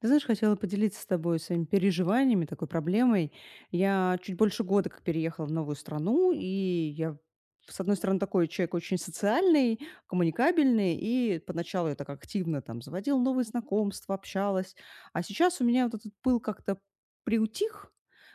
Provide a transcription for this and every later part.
Ты знаешь, хотела поделиться с тобой своими переживаниями, такой проблемой. Я чуть больше года как переехала в новую страну, и я, с одной стороны, такой человек очень социальный, коммуникабельный, и поначалу я так активно там заводила новые знакомства, общалась. А сейчас у меня вот этот пыл как-то приутих,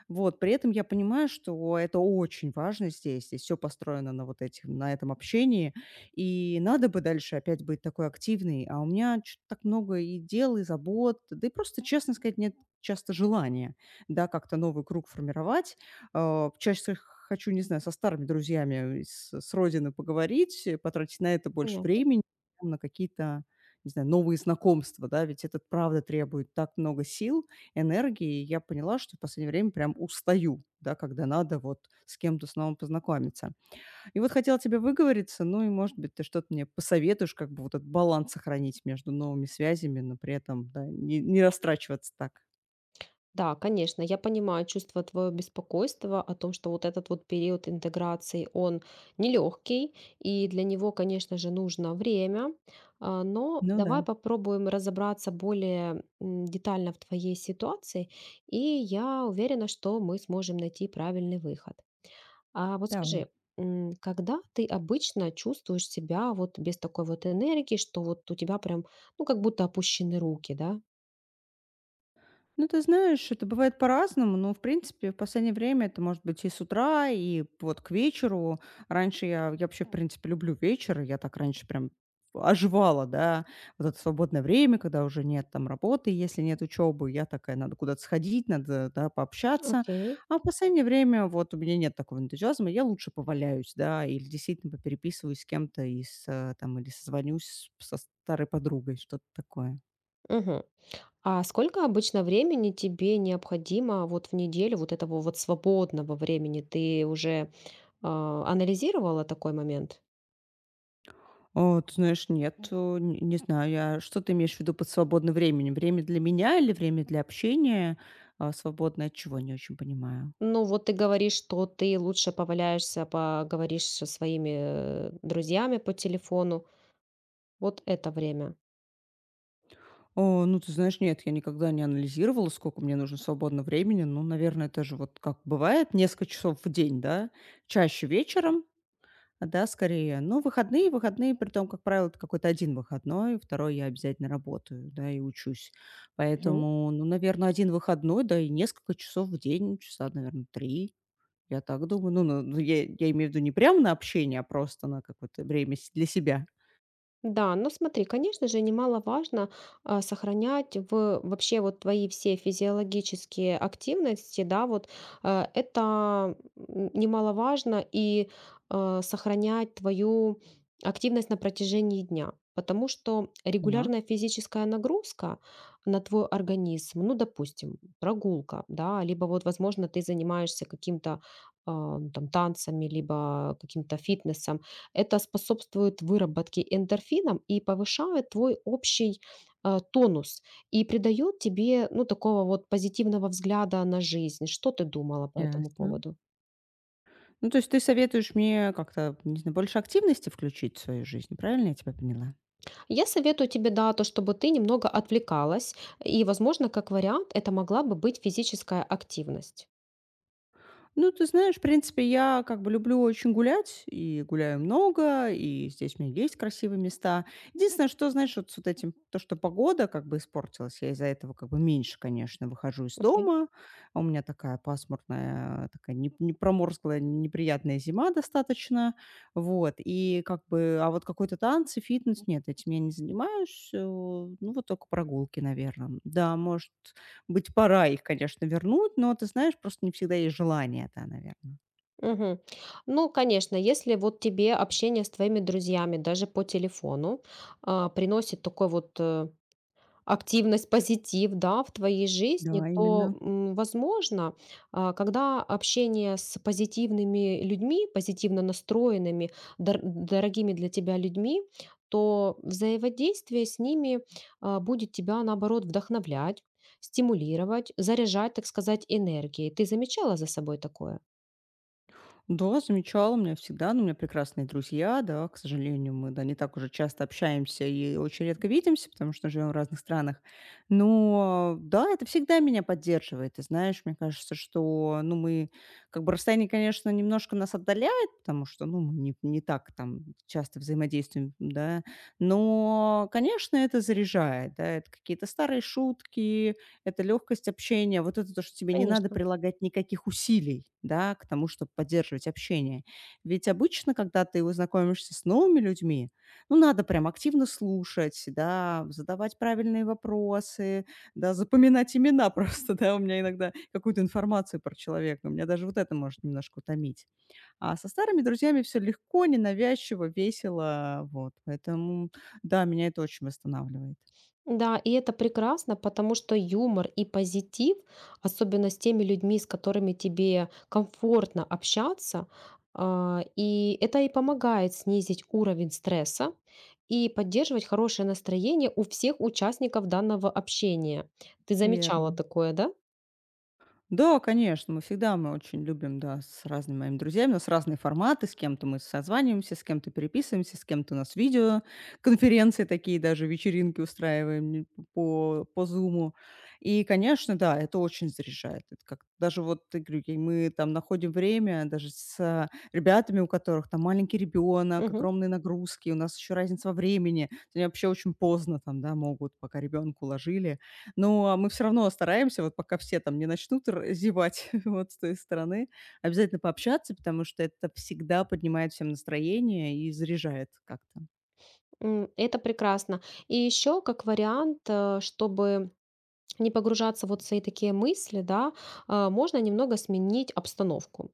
вот, при этом я понимаю, что это очень важно здесь, здесь все построено на вот этих, на этом общении, и надо бы дальше опять быть такой активной, а у меня чё-то так много и дел, и забот, да и просто, честно сказать, нет часто желания, да, как-то новый круг формировать. Чаще хочу, не знаю, со старыми друзьями с родины поговорить, потратить на это больше Понятно. времени, на какие-то, не знаю, новые знакомства, да, ведь это правда требует так много сил, энергии. И я поняла, что в последнее время прям устаю, да, когда надо вот с кем-то снова познакомиться. И вот хотела тебе выговориться, ну и, может быть, ты что-то мне посоветуешь, как бы вот этот баланс сохранить между новыми связями, но при этом, да, не растрачиваться так. Да, конечно, я понимаю чувство твоего беспокойства о том, что вот этот вот период интеграции, он нелегкий, и для него, конечно же, нужно время. Но Ну да, давай попробуем разобраться более детально в твоей ситуации, и я уверена, что мы сможем найти правильный выход. А вот давай. скажи, когда ты обычно чувствуешь себя вот без такой вот энергии, что вот у тебя прям, ну, как будто опущены руки, да? Ну, ты знаешь, это бывает по-разному, но, в принципе, в последнее время это может быть и с утра, и вот к вечеру. Раньше я вообще, в принципе, люблю вечер, я так раньше прям оживала, да, вот это свободное время, когда уже нет там работы, если нет учебы, я такая, надо куда-то сходить, надо, да, пообщаться. Окей. А в последнее время вот у меня нет такого энтузиазма, я лучше поваляюсь, да, или действительно попереписываюсь с кем-то, из, там, или созвонюсь со старой подругой, что-то такое. Мгм. А сколько обычно времени тебе необходимо вот в неделю вот этого вот свободного времени? Ты уже анализировала такой момент? О, ты знаешь, нет, не знаю я. Что ты имеешь в виду под свободным временем? Время для меня или время для общения? А свободное от чего? Не очень понимаю. Ну вот ты говоришь, что ты лучше поваляешься, поговоришь со своими друзьями по телефону. Вот это время. О, ну, ты знаешь, нет, я никогда не анализировала, сколько мне нужно свободного времени. Ну, наверное, это же вот как бывает несколько часов в день, да? Чаще вечером, да, скорее. Но выходные, выходные, при том, как правило, это какой-то один выходной, второй я обязательно работаю, да, и учусь. Мгм. Поэтому, ну, наверное, один выходной, да и несколько часов в день, часа, наверное, 3. Я так думаю. Ну, ну, ну, я имею в виду не прям на общение, а просто на какое-то время с для себя. Да, но смотри, конечно же, немаловажно сохранять в вообще вот твои все физиологические активности, да, вот это немаловажно и сохранять твою активность на протяжении дня, потому что Так, регулярная физическая нагрузка на твой организм, ну, допустим, прогулка, да, либо вот, возможно, ты занимаешься каким-то там танцами, либо каким-то фитнесом, это способствует выработке эндорфинов и повышает твой общий тонус и придает тебе ну такого вот позитивного взгляда на жизнь. Что ты думала по этому ясно. поводу? Ну, то есть ты советуешь мне как-то, не знаю, больше активности включить в свою жизнь, правильно я тебя поняла? Я советую тебе, да, то, чтобы ты немного отвлекалась, и, возможно, как вариант, это могла бы быть физическая активность. Ну, ты знаешь, в принципе, я как бы люблю очень гулять, и гуляю много, и здесь у меня есть красивые места. Единственное, что, знаешь, вот с вот этим, то, что погода как бы испортилась, я из-за этого как бы меньше, конечно, выхожу из Окей. дома. А у меня такая пасмурная, такая не проморзглая, неприятная зима достаточно, вот. И как бы, а вот какой-то танцы, фитнес, нет, этим я не занимаюсь. Ну, вот только прогулки, наверное. Да, может быть, пора их, конечно, вернуть, но, ты знаешь, просто не всегда есть желание, да, наверное. Мгм. Ну, конечно, если вот тебе общение с твоими друзьями даже по телефону приносит такой вот активность, позитив, да, в твоей жизни, Да, именно. то, м, возможно, когда общение с позитивными людьми, позитивно настроенными, дорогими для тебя людьми, то взаимодействие с ними будет тебя, наоборот, вдохновлять, стимулировать, заряжать, так сказать, энергией. Ты замечала за собой такое? Да, замечала, у меня всегда, но у меня прекрасные друзья, да, к сожалению, мы, да, не так уже часто общаемся и очень редко видимся, потому что живем в разных странах. Но да, это всегда меня поддерживает. Ты знаешь, мне кажется, что, ну, мы, как бы расстояние, конечно, немножко нас отдаляет, потому что, ну, мы не так там часто взаимодействуем, да, но, конечно, это заряжает, да, это какие-то старые шутки, это легкость общения, вот это то, что тебе не надо Конечно. прилагать никаких усилий, да, к тому, чтобы поддерживать общение. Ведь обычно, когда ты его знакомишься с новыми людьми, ну, надо прям активно слушать, да, задавать правильные вопросы, да, запоминать имена просто, да. У меня иногда какую-то информацию про человека, у меня даже вот это может немножко утомить. А со старыми друзьями все легко, ненавязчиво, весело, вот. Поэтому, да, меня это очень восстанавливает. Да, и это прекрасно, потому что юмор и позитив, особенно с теми людьми, с которыми тебе комфортно общаться, и это и помогает снизить уровень стресса и поддерживать хорошее настроение у всех участников данного общения. Ты замечала Верно. такое, да? Да, конечно, мы очень любим, да, с разными моими друзьями. У нас разные форматы, с кем-то мы созваниваемся, с кем-то переписываемся, с кем-то у нас видеоконференции такие, даже вечеринки устраиваем по Zoom. И, конечно, да, это очень заряжает. Это как даже вот, ты говорю, и мы там находим время даже с ребятами, у которых там маленький ребенок, Мгм. огромные нагрузки, у нас еще разница во времени. Они вообще очень поздно там, да, могут, пока ребенку уложили, но мы все равно стараемся, вот пока все там не начнут р зевать вот с той стороны, обязательно пообщаться, потому что это всегда поднимает всем настроение и заряжает как-то. Это прекрасно. И еще как вариант, чтобы не погружаться вот в свои такие мысли, да, можно немного сменить обстановку.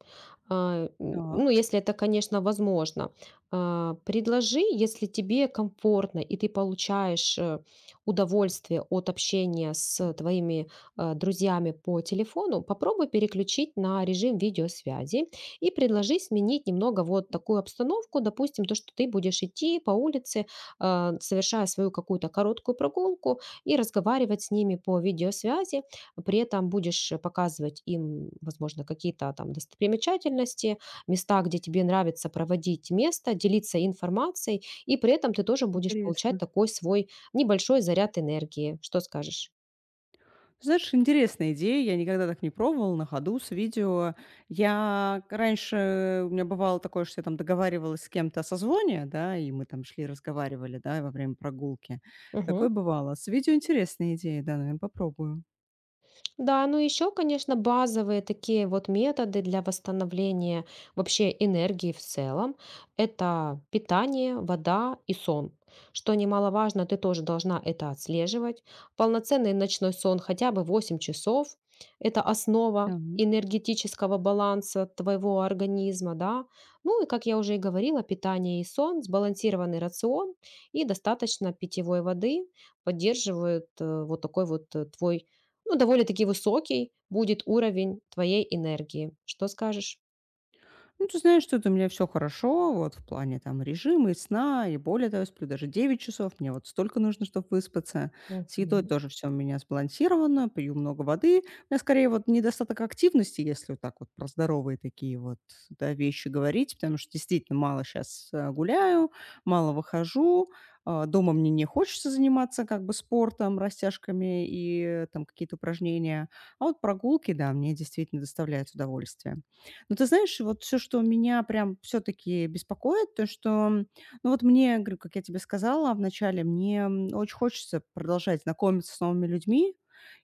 Ну, Так, если это, конечно, возможно. Предложи, если тебе комфортно и ты получаешь удовольствие от общения с твоими друзьями по телефону, попробуй переключить на режим видеосвязи и предложи сменить немного вот такую обстановку, допустим, то, что ты будешь идти по улице, совершая свою какую-то короткую прогулку, и разговаривать с ними по видеосвязи. При этом будешь показывать им, возможно, какие-то там достопримечательности, места, где тебе нравится проводить место, делиться информацией, и при этом ты тоже будешь получать интересно. такой свой небольшой заряд энергии. Что скажешь? Знаешь, интересная идея, я никогда так не пробовала, на ходу с видео. Я к раньше у меня бывало такое, что я там договаривалась с кем-то о созвоне, да, и мы там шли, разговаривали, да, во время прогулки. Мгм. Такое бывало. С видео интересная идея, да, наверное, попробую. Да, ну еще, конечно, базовые такие вот методы для восстановления вообще энергии в целом — это питание, вода и сон. Что немаловажно, ты тоже должна это отслеживать. Полноценный ночной сон хотя бы 8 часов — это Да. основа энергетического баланса твоего организма, да. Ну и, как я уже и говорила, питание и сон, сбалансированный рацион и достаточно питьевой воды поддерживают вот такой вот твой ну, довольно-таки высокий будет уровень твоей энергии. Что скажешь? Ну, ты знаешь, что тут у меня все хорошо, вот в плане там режима и сна, и более того, я сплю даже 9 часов, мне вот столько нужно, чтобы выспаться. С едой Мгм. тоже все у меня сбалансировано, пью много воды. У меня скорее вот недостаток активности, если вот так вот про здоровые такие вот, да, вещи говорить, потому что действительно мало сейчас гуляю, мало выхожу. А, дома мне не хочется заниматься как бы спортом, растяжками и, там какие-то упражнения. А вот прогулки, да, мне действительно доставляют удовольствие. Но ты знаешь, вот все, что меня прям все таки беспокоит, то, что, ну, вот мне, говорю, как я тебе сказала вначале, мне, очень хочется продолжать знакомиться с новыми людьми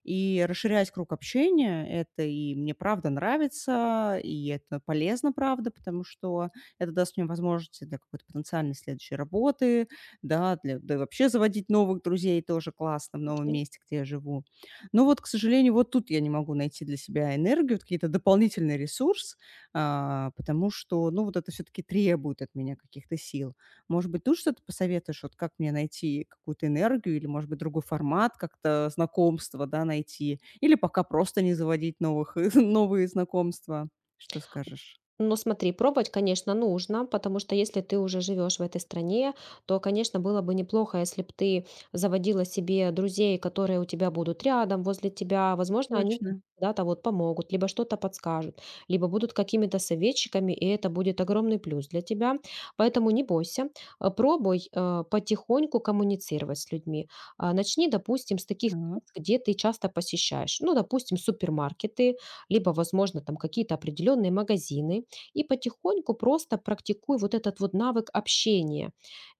и расширять круг общения. Это и мне правда нравится, и это полезно, правда, потому что это даст мне возможности для какой-то потенциальной следующей работы, да, для да и вообще заводить новых друзей тоже классно в новом Окей. месте, где я живу. Но вот, к сожалению, вот тут я не могу найти для себя энергию, вот какие-то дополнительные ресурсы. А, потому что, ну, вот это все таки требует от меня каких-то сил. Может быть, ты что-то посоветуешь, вот как мне найти какую-то энергию или, может быть, другой формат как-то знакомства, да, найти? Или пока просто не заводить новых новые знакомства? Что скажешь? Ну, смотри, пробовать, конечно, нужно, потому что если ты уже живешь в этой стране, то, конечно, было бы неплохо, если бы ты заводила себе друзей, которые у тебя будут рядом, возле тебя. Возможно, они тебе Точно. когда-то вот помогут, либо что-то подскажут, либо будут какими-то советчиками, и это будет огромный плюс для тебя. Поэтому не бойся, пробуй потихоньку коммуницировать с людьми. Начни, допустим, с таких А. мест, где ты часто посещаешь. Ну, допустим, супермаркеты, либо, возможно, там какие-то определенные магазины, и потихоньку просто практикуй вот этот вот навык общения.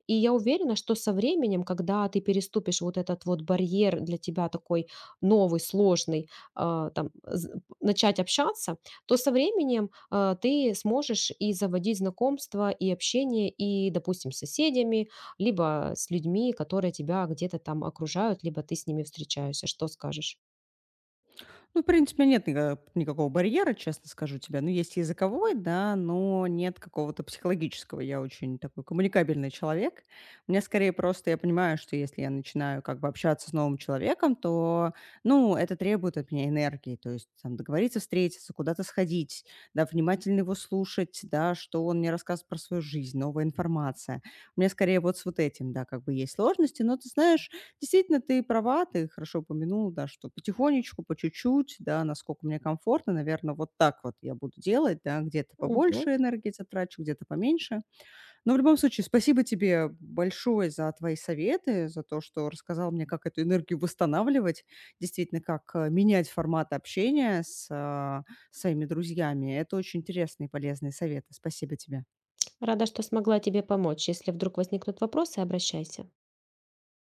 И я уверена, что со временем, когда ты переступишь вот этот вот барьер для тебя такой новый, сложный, начать общаться, то со временем ты сможешь и заводить знакомства, и общение, и, допустим, с соседями, либо с людьми, которые тебя где-то там окружают, либо ты с ними встречаешься. Что скажешь? Ну, в принципе, нет нига никакого барьера, честно скажу тебе. Ну, есть языковой, да, но нет какого-то психологического. Я очень такой коммуникабельный человек. Мне скорее просто я понимаю, что если я начинаю как бы общаться с новым человеком, то, ну, это требует от меня энергии. То есть там договориться встретиться, куда-то сходить, да, внимательно его слушать, да, что он мне рассказывает про свою жизнь, новая информация. У меня скорее вот с вот этим, да, как бы есть сложности. Но ты знаешь, действительно, ты права, ты хорошо упомянула, да, что потихонечку, по чуть-чуть, да, насколько мне комфортно, наверное, вот так вот я буду делать, да, где-то Мгм. побольше энергии затрачу, где-то поменьше. Но в любом случае, спасибо тебе большое за твои советы, за то, что рассказал мне, как эту энергию восстанавливать, действительно, как менять формат общения с своими друзьями. Это очень интересные и полезные советы. Спасибо тебе. Рада, что смогла тебе помочь. Если вдруг возникнут вопросы, обращайся.